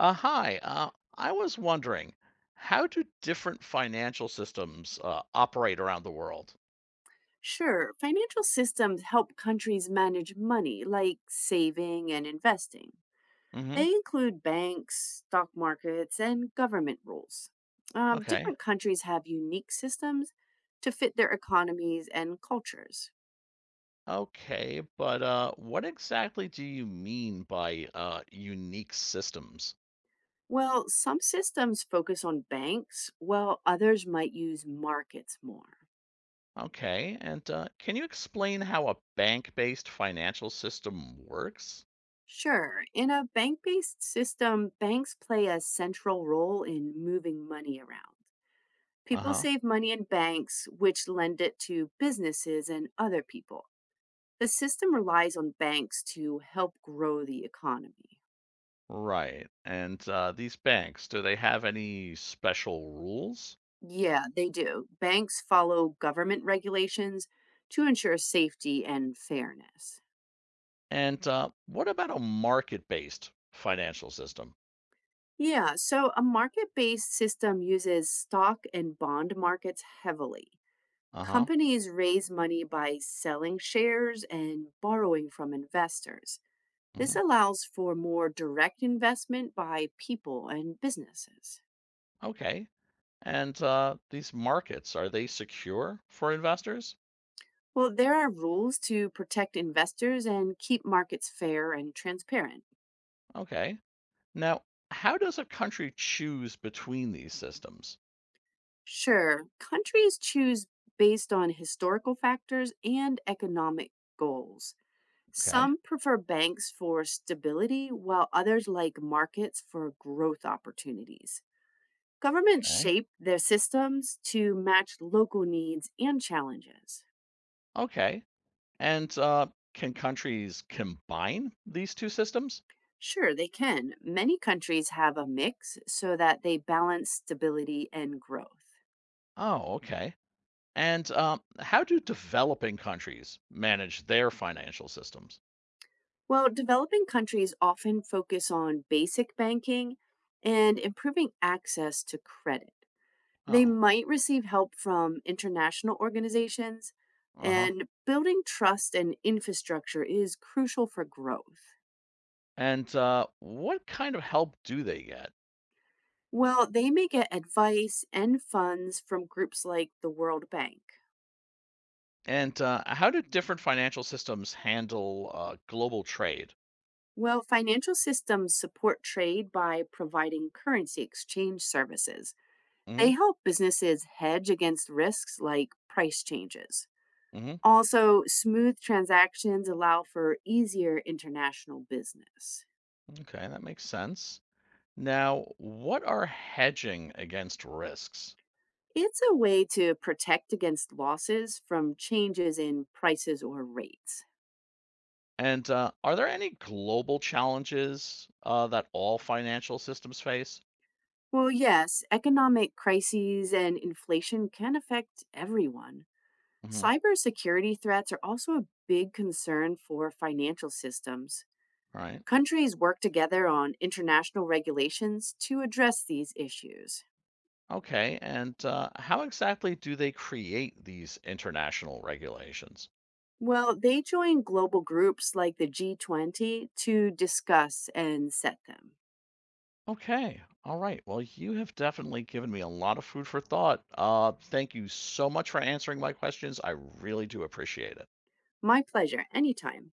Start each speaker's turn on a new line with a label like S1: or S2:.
S1: Hi. I was wondering, how do different financial systems operate around the world?
S2: Sure, financial systems help countries manage money, like saving and investing. They
S1: Hmm.
S2: include banks, stock markets, and government rules.
S1: Okay.
S2: Different countries have unique systems to fit their economies and cultures.
S1: Okay, but what exactly do you mean by unique systems?
S2: Well, some systems focus on banks, while others might use markets more.
S1: Okay, and can you explain how a bank-based financial system works?
S2: Sure, in a bank based system, banks play a central role in moving money around. People
S1: Uh-huh.
S2: save money in banks, which lend it to businesses and other people. The system relies on banks to help grow the economy.
S1: Right. And these banks, do they have any special rules?
S2: Yeah, they do. Banks follow government regulations to ensure safety and fairness.
S1: And what about a market-based financial system?
S2: Yeah, so a market based system uses stock and bond markets heavily.
S1: Uh-huh.
S2: Companies raise money by selling shares and borrowing from investors. This
S1: Mhm.
S2: allows for more direct investment by people and businesses.
S1: Okay. And these markets, are they secure for investors?
S2: Well, there are rules to protect investors and keep markets fair and transparent.
S1: Okay. Now, how does a country choose between these systems?
S2: Sure, countries choose based on historical factors and economic goals.
S1: Okay.
S2: Some prefer banks for stability, while others like markets for growth opportunities. Governments
S1: Okay.
S2: shape their systems to match local needs and challenges.
S1: Okay. And can countries combine these two systems?
S2: Sure, they can. Many countries have a mix so that they balance stability and growth.
S1: Oh, okay. And how do developing countries manage their financial systems?
S2: Well, developing countries often focus on basic banking and improving access to credit. They
S1: Oh,
S2: might receive help from international organizations,
S1: uh huh.
S2: and building trust and infrastructure is crucial for growth.
S1: And what kind of help do they get?
S2: Well, they may get advice and funds from groups like the World Bank.
S1: And how do different financial systems handle global trade?
S2: Well, financial systems support trade by providing currency exchange services. They
S1: Mhm.
S2: help businesses hedge against risks like price changes.
S1: Mhm.
S2: Also, smooth transactions allow for easier international business.
S1: Okay, that makes sense. Now, what are hedging against risks?
S2: It's a way to protect against losses from changes in prices or rates.
S1: And are there any global challenges that all financial systems face?
S2: Well, yes, economic crises and inflation can affect everyone.
S1: Hmm.
S2: Cybersecurity threats are also a big concern for financial systems.
S1: Right.
S2: Countries work together on international regulations to address these issues.
S1: Okay. And how exactly do they create these international regulations?
S2: Well, they join global groups like the G20 to discuss and set them.
S1: Okay. All right. Well, you have definitely given me a lot of food for thought. Thank you so much for answering my questions. I really do appreciate it.
S2: My pleasure, anytime.